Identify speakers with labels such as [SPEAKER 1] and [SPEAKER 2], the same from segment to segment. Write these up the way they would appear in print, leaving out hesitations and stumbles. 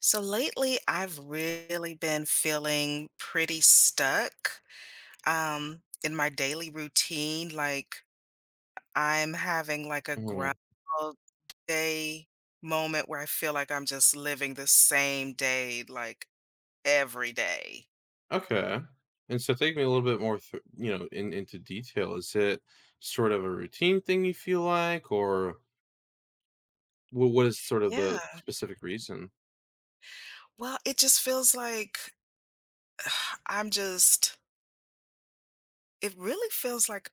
[SPEAKER 1] So lately, I've really been feeling pretty stuck in my daily routine. Like I'm having like a
[SPEAKER 2] Mhm.
[SPEAKER 1] groundhog day moment where I feel like I'm just living the same day like every day.
[SPEAKER 2] Okay. And so take me a little bit more through, in into detail. Is it sort of a routine thing you feel like, or what is sort of the
[SPEAKER 1] Yeah.
[SPEAKER 2] specific reason?
[SPEAKER 1] Well, it just feels like I'm just, it really feels like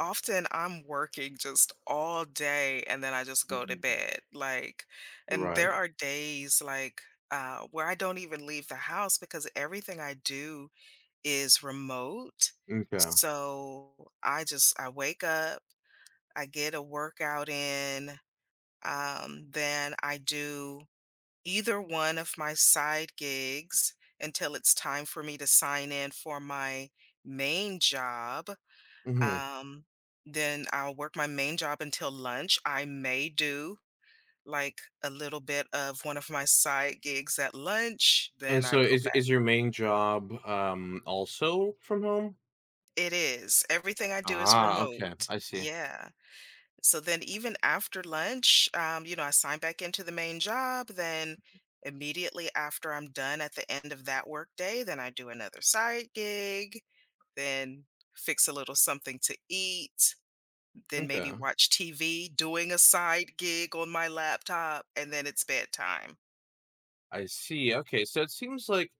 [SPEAKER 1] often I'm working just all day and then I just go to
[SPEAKER 2] Mm,
[SPEAKER 1] bed. Like, and
[SPEAKER 2] right.
[SPEAKER 1] there are days like where I don't even leave the house because everything I do is remote.
[SPEAKER 2] Okay.
[SPEAKER 1] So I wake up, I get a workout in, then I do either one of my side gigs until it's time for me to sign in for my main job,
[SPEAKER 2] Mhm.
[SPEAKER 1] um, then I'll work my main job until lunch. I may do like a little bit of one of my side gigs at lunch, then
[SPEAKER 2] And
[SPEAKER 1] I
[SPEAKER 2] so
[SPEAKER 1] go
[SPEAKER 2] is
[SPEAKER 1] back.
[SPEAKER 2] is your main job, also from home?
[SPEAKER 1] It is. Everything I do is
[SPEAKER 2] Ah, okay.
[SPEAKER 1] remote.
[SPEAKER 2] I see.
[SPEAKER 1] Yeah. So then even after lunch, you know, I sign back into the main job, then immediately after I'm done at the end of that work day, then I do another side gig, then fix a little something to eat, then maybe
[SPEAKER 2] Okay.
[SPEAKER 1] watch TV, doing a side gig on my laptop, and then it's bedtime.
[SPEAKER 2] I see. Okay, so it seems like,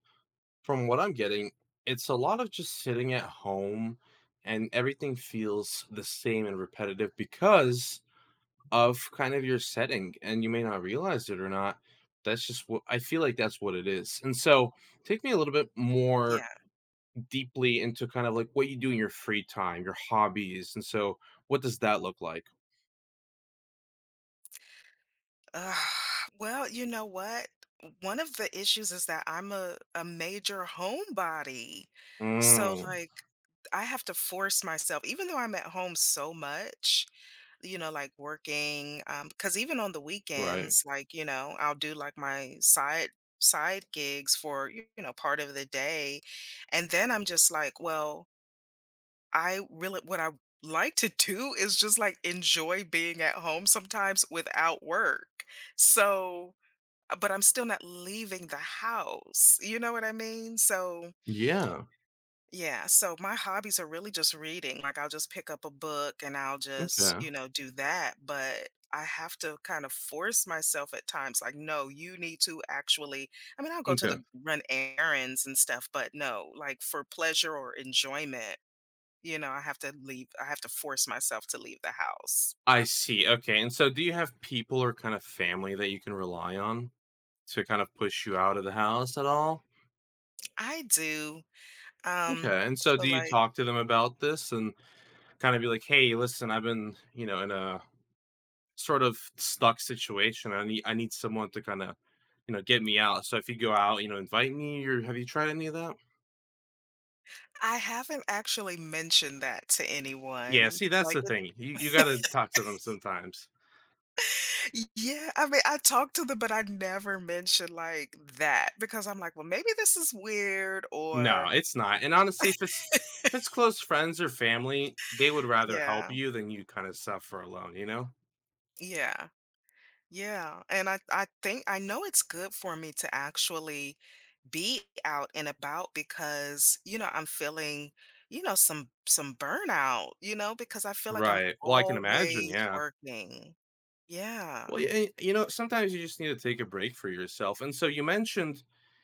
[SPEAKER 2] from what I'm getting, it's a lot of just sitting at home, and everything feels the same and repetitive because of kind of your setting, and you may not realize it or not. That's just what I feel like, that's what it is. And so take me a little bit more
[SPEAKER 1] Yeah.
[SPEAKER 2] deeply into kind of like what you do in your free time, your hobbies, and so what does that look like?
[SPEAKER 1] Ugh. Well, you know what? One of the issues is that I'm a major homebody. So,
[SPEAKER 2] Mm,
[SPEAKER 1] like, I have to force myself, even though I'm at home so much, you know, like working, because even on the
[SPEAKER 2] right.
[SPEAKER 1] weekends, like, you know, I'll do like my side gigs for you know part of the day, and then I'm just like, well, I really what I like to do is just, like, enjoy being at home sometimes without work. So but I'm still not leaving the house, you know what I mean? So,
[SPEAKER 2] Yeah.
[SPEAKER 1] yeah, so my hobbies are really just reading, like, I'll just pick up a book and I'll just,
[SPEAKER 2] Okay.
[SPEAKER 1] you know, do that, but I have to kind of force myself at times, like, "No, you need to actually." I mean, I'll go to
[SPEAKER 2] Okay,
[SPEAKER 1] the run errands and stuff, but no, like, for pleasure or enjoyment, you know, I have to force myself to leave the house.
[SPEAKER 2] I see. Okay, and so do you have people or kind of family that you can rely on to kind of push you out of the house at all?
[SPEAKER 1] I do. Um,
[SPEAKER 2] Okay, and so
[SPEAKER 1] so
[SPEAKER 2] do you
[SPEAKER 1] like
[SPEAKER 2] talk to them about this and kind of be like, hey, listen, I've been, you know, in a sort of stuck situation. I need, I need someone to kind of, you know, get me out. So if you go out, you know, invite me. Or have you tried any of that?
[SPEAKER 1] I haven't actually mentioned that to
[SPEAKER 2] Yeah,
[SPEAKER 1] anyone.
[SPEAKER 2] see, that's
[SPEAKER 1] Like
[SPEAKER 2] the
[SPEAKER 1] it's,
[SPEAKER 2] thing. You gotta talk to them sometimes.
[SPEAKER 1] yeah, I mean I talked to them, but I never mentioned like that because I'm like, well, maybe this is weird
[SPEAKER 2] No,
[SPEAKER 1] or,
[SPEAKER 2] it's not. And honestly, if it's, if it's close friends or family, they would rather help
[SPEAKER 1] yeah,
[SPEAKER 2] you than you kind of suffer alone,
[SPEAKER 1] yeah. Yeah, and I think I know it's good for me to actually be out and about because, you know, I'm feeling, you know, some burnout, you know, because I feel like I'm
[SPEAKER 2] Right. Well, I can imagine,
[SPEAKER 1] always
[SPEAKER 2] yeah.
[SPEAKER 1] working. Yeah.
[SPEAKER 2] Well, yeah, you know, sometimes you just need to take a break for yourself. And so you mentioned,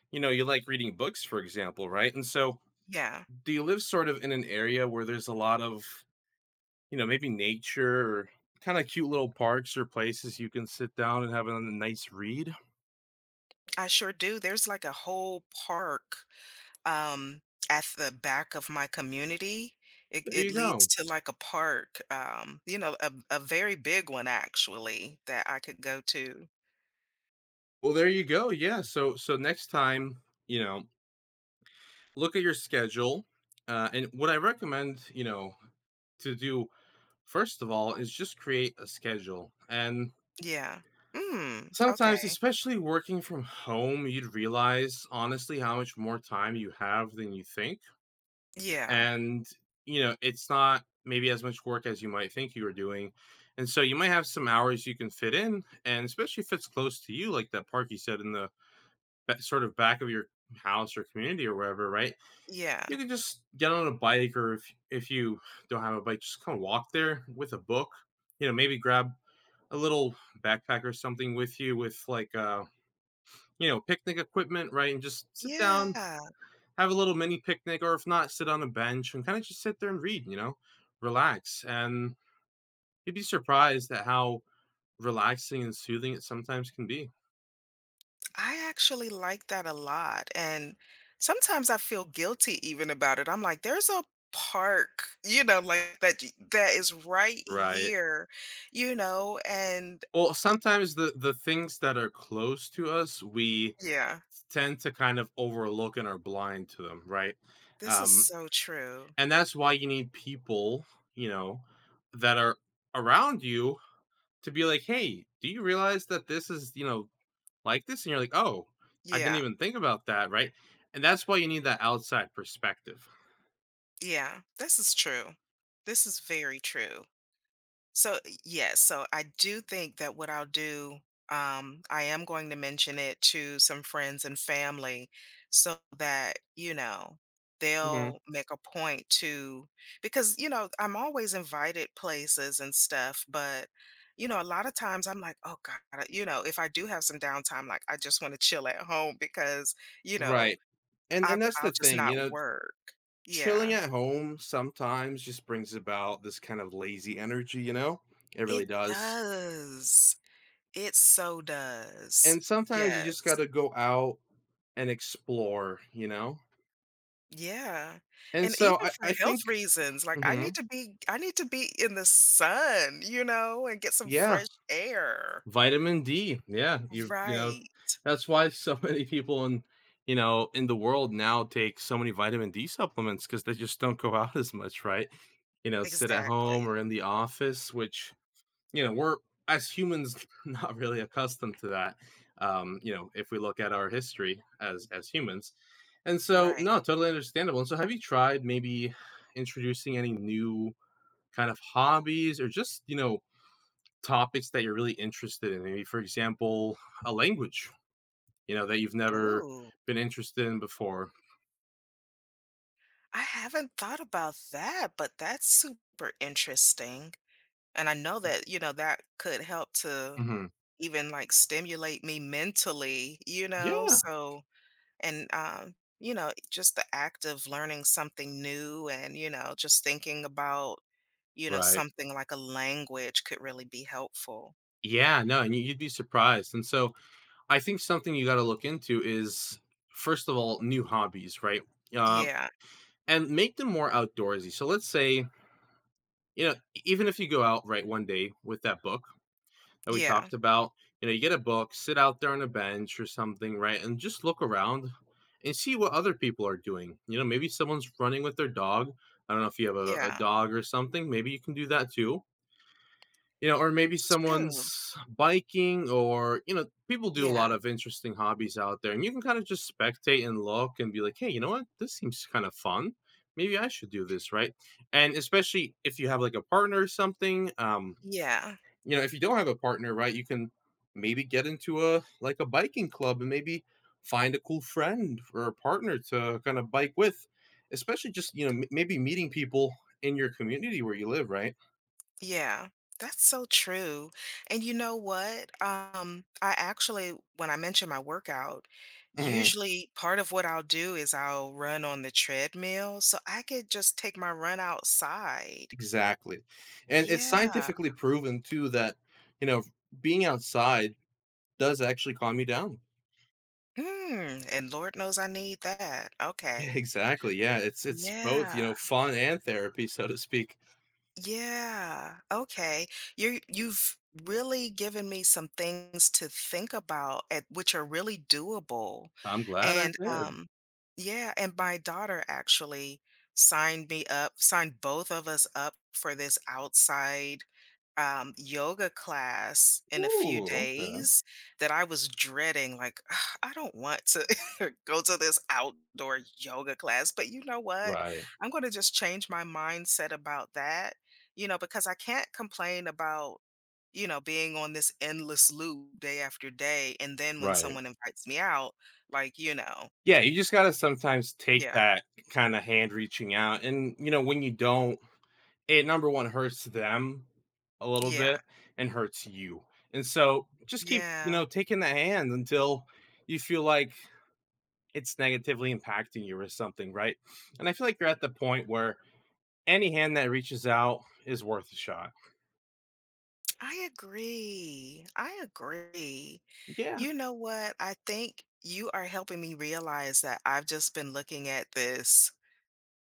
[SPEAKER 2] you know, you like reading books, for example, right? And so
[SPEAKER 1] Yeah,
[SPEAKER 2] do you live sort of in an area where there's a lot of, you know, maybe nature or kind of cute little parks or places you can sit down and have a nice read?
[SPEAKER 1] I sure do. There's like a whole park um at the back of my community. It
[SPEAKER 2] There
[SPEAKER 1] it
[SPEAKER 2] you
[SPEAKER 1] leads
[SPEAKER 2] go.
[SPEAKER 1] to like a park, you know, a very big one actually that I could go to.
[SPEAKER 2] Well, there you go. Yeah. So, so next time, you know, look at your schedule. And what I recommend, you know, to do first of all is just create a schedule. And
[SPEAKER 1] Yeah. Mm,
[SPEAKER 2] sometimes,
[SPEAKER 1] okay.
[SPEAKER 2] especially working from home, you'd realize honestly how much more time you have than you think.
[SPEAKER 1] Yeah.
[SPEAKER 2] And you know, it's not maybe as much work as you might think you were doing. And so you might have some hours you can fit in, and especially if it's close to you, like that park you said in the sort of back of your house or community or wherever, right?
[SPEAKER 1] Yeah.
[SPEAKER 2] You can just get on a bike, or if you don't have a bike, just kind of walk there with a book. You know, maybe grab a little backpack or something with you, with like, you know, picnic equipment, right? And just sit down,
[SPEAKER 1] Yeah.
[SPEAKER 2] have a little mini picnic, or if not, sit on a bench and kind of just sit there and read, you know, relax. And you'd be surprised at how relaxing and soothing it sometimes can be.
[SPEAKER 1] I actually like that a lot, and sometimes I feel guilty even about it. I'm like, "There's a park," you know, like, that is right
[SPEAKER 2] Right.
[SPEAKER 1] here, you know, and
[SPEAKER 2] Well, sometimes the things that are close to us, we
[SPEAKER 1] yeah.
[SPEAKER 2] tend to kind of overlook and are blind to them, right?
[SPEAKER 1] This is
[SPEAKER 2] Um,
[SPEAKER 1] so true.
[SPEAKER 2] and that's why you need people, you know, that are around you to be like, hey, do you realize that this is, you know, like this, and you're like, "Oh, I didn't
[SPEAKER 1] Yeah.
[SPEAKER 2] even think about that," right? And that's why you need that outside perspective.
[SPEAKER 1] Yeah. This is true. This is very true. So, yes, so I do think that what I'll do, I am going to mention it to some friends and family so that, you know,
[SPEAKER 2] Mhm,
[SPEAKER 1] they'll make a point to, because, you know, I'm always invited places and stuff, but, you know, a lot of times I'm like, "Oh god," you know, if I do have some downtime, like, I just wanna chill at home because, you know,
[SPEAKER 2] right. And
[SPEAKER 1] i
[SPEAKER 2] and that's
[SPEAKER 1] I'll
[SPEAKER 2] the
[SPEAKER 1] just
[SPEAKER 2] thing, you
[SPEAKER 1] not
[SPEAKER 2] know,
[SPEAKER 1] work.
[SPEAKER 2] chilling
[SPEAKER 1] Yeah.
[SPEAKER 2] at home sometimes just brings about this kind of lazy energy, you know? It
[SPEAKER 1] It
[SPEAKER 2] really does.
[SPEAKER 1] does. It so does.
[SPEAKER 2] And sometimes you just
[SPEAKER 1] Yes.
[SPEAKER 2] gotta go out and explore, you know?
[SPEAKER 1] Yeah,
[SPEAKER 2] And
[SPEAKER 1] and
[SPEAKER 2] so
[SPEAKER 1] even
[SPEAKER 2] I
[SPEAKER 1] for
[SPEAKER 2] I
[SPEAKER 1] health
[SPEAKER 2] think…
[SPEAKER 1] reasons, like,
[SPEAKER 2] Mhm,
[SPEAKER 1] I need to be in the sun, you know, and get some
[SPEAKER 2] yeah.
[SPEAKER 1] fresh air.
[SPEAKER 2] Vitamin D. Yeah, you know,
[SPEAKER 1] Right.
[SPEAKER 2] that's why so many people in, you know, in the world now take so many vitamin D supplements, because they just don't go out as much, right? You know, sit at home
[SPEAKER 1] Exactly.
[SPEAKER 2] or in the office, which, you know, we're, as humans, not really accustomed to that. You know, if we look at our history as humans, and so
[SPEAKER 1] Right.
[SPEAKER 2] no, totally understandable. And so, have you tried maybe introducing any new kind of hobbies, or just, you know, topics that you're really interested in? Maybe, for example, a language, you know, that you've never
[SPEAKER 1] Ooh,
[SPEAKER 2] been interested in before.
[SPEAKER 1] I haven't thought about that, but that's super interesting, and I know that, you know, that could help to
[SPEAKER 2] Mhm.
[SPEAKER 1] even, like, stimulate me mentally, you know,
[SPEAKER 2] Yeah,
[SPEAKER 1] so. And, you know, just the act of learning something new and, you know, just thinking about, you know,
[SPEAKER 2] right.
[SPEAKER 1] something like a language could really be helpful.
[SPEAKER 2] Yeah, no, and you'd be surprised. And so I think something you got to look into is, first of all, new hobbies, right? Um,
[SPEAKER 1] Yeah,
[SPEAKER 2] and make them more outdoorsy. So let's say, you know, even if you go out, right, one day with that book, that we
[SPEAKER 1] yeah,
[SPEAKER 2] talked about. You know, you get a book, sit out there on a bench or something, right? And just look around and see what other people are doing. You know, maybe someone's running with their dog. I don't know if you have a
[SPEAKER 1] yeah.
[SPEAKER 2] dog or something. Maybe you can do that too. You know, or maybe
[SPEAKER 1] This is true.
[SPEAKER 2] someone's biking, or, you know, people do a
[SPEAKER 1] Yeah,
[SPEAKER 2] lot of interesting hobbies out there. And you can kind of just spectate and look and be like, hey, you know what? This seems kind of fun. Maybe I should do this, right? And especially if you have like a partner or something,
[SPEAKER 1] yeah,
[SPEAKER 2] you know, if you don't have a partner, right, you can maybe get into a, like a biking club, and maybe find a cool friend or a partner to kind of bike with, especially just, you know, maybe meeting people in your community where you live, right?
[SPEAKER 1] yeah. That's so true. And you know what? I actually, when I mention my workout,
[SPEAKER 2] Mhm.
[SPEAKER 1] usually part of what I'll do is I'll run on the treadmill so I could just take my run outside.
[SPEAKER 2] Exactly. And it's
[SPEAKER 1] Yeah.
[SPEAKER 2] scientifically proven too that, you know, being outside does actually calm you down.
[SPEAKER 1] Mm, and Lord knows I need that.
[SPEAKER 2] Yeah,
[SPEAKER 1] Okay.
[SPEAKER 2] exactly. Yeah, it's both, you
[SPEAKER 1] Yeah.
[SPEAKER 2] know, fun and therapy, so to speak.
[SPEAKER 1] Yeah. Okay. You've really given me some things to think about at which are really doable.
[SPEAKER 2] I'm glad I
[SPEAKER 1] And
[SPEAKER 2] did.
[SPEAKER 1] yeah, and my daughter actually signed both of us up for this outside yoga class in a few
[SPEAKER 2] Ooh, okay.
[SPEAKER 1] days that I was dreading, like, "Ugh, I don't want to go to this outdoor yoga class, but you know what?
[SPEAKER 2] Right.
[SPEAKER 1] I'm going to just change my mindset about that, you know, because I can't complain about, you know, being on this endless loop day after day. And then when
[SPEAKER 2] Right.
[SPEAKER 1] someone invites me out, like, you know,
[SPEAKER 2] Yeah, you just gotta sometimes take
[SPEAKER 1] yeah,
[SPEAKER 2] that kind of hand reaching out, and you know when you don't, it, number one, hurts them a little
[SPEAKER 1] yeah,
[SPEAKER 2] bit, and hurts you. And so just keep, you
[SPEAKER 1] yeah.
[SPEAKER 2] know, taking the hand until you feel like it's negatively impacting you or something, right? And I feel like you're at the point where any hand that reaches out is worth a shot.
[SPEAKER 1] I agree. I agree.
[SPEAKER 2] Yeah.
[SPEAKER 1] You know what? I think you are helping me realize that I've just been looking at this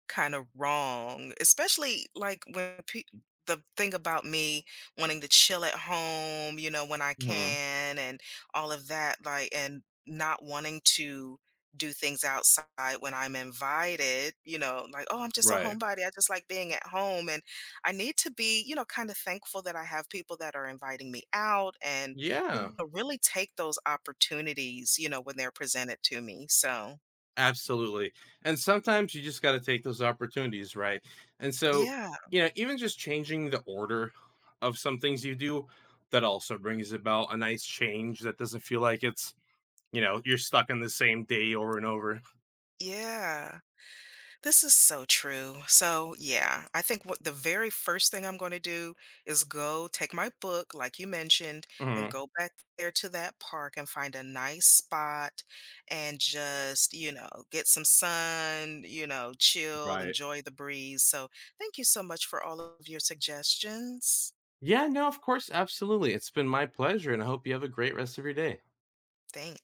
[SPEAKER 1] kind of wrong, especially like the thing about me wanting to chill at home, you know, when I
[SPEAKER 2] Mhm.
[SPEAKER 1] can and all of that, like, and not wanting to do things outside when I'm invited, you know, like, oh, I'm just a
[SPEAKER 2] Right.
[SPEAKER 1] homebody. I just like being at home. And I need to be, you know, kind of thankful that I have people that are inviting me out and, you
[SPEAKER 2] Yeah.
[SPEAKER 1] know, really take those opportunities, you know, when they're presented to me. So,
[SPEAKER 2] Absolutely. And sometimes you just got to take those opportunities, right? And so,
[SPEAKER 1] yeah,
[SPEAKER 2] you know, even just changing the order of some things you do, that also brings about a nice change that doesn't feel like it's, you know, you're stuck in the same day over and over.
[SPEAKER 1] yeah. This is so true. So, yeah, I think what the very first thing I'm going to do is go take my book, like you mentioned, and
[SPEAKER 2] Mhm.
[SPEAKER 1] go back there to that park and find a nice spot and just, you know, get some sun, you know, chill,
[SPEAKER 2] Right.
[SPEAKER 1] enjoy the breeze. So, thank you so much for all of your suggestions.
[SPEAKER 2] Yeah, no, of course. Absolutely. It's been my pleasure. And I hope you have a great rest of your day.
[SPEAKER 1] Thanks.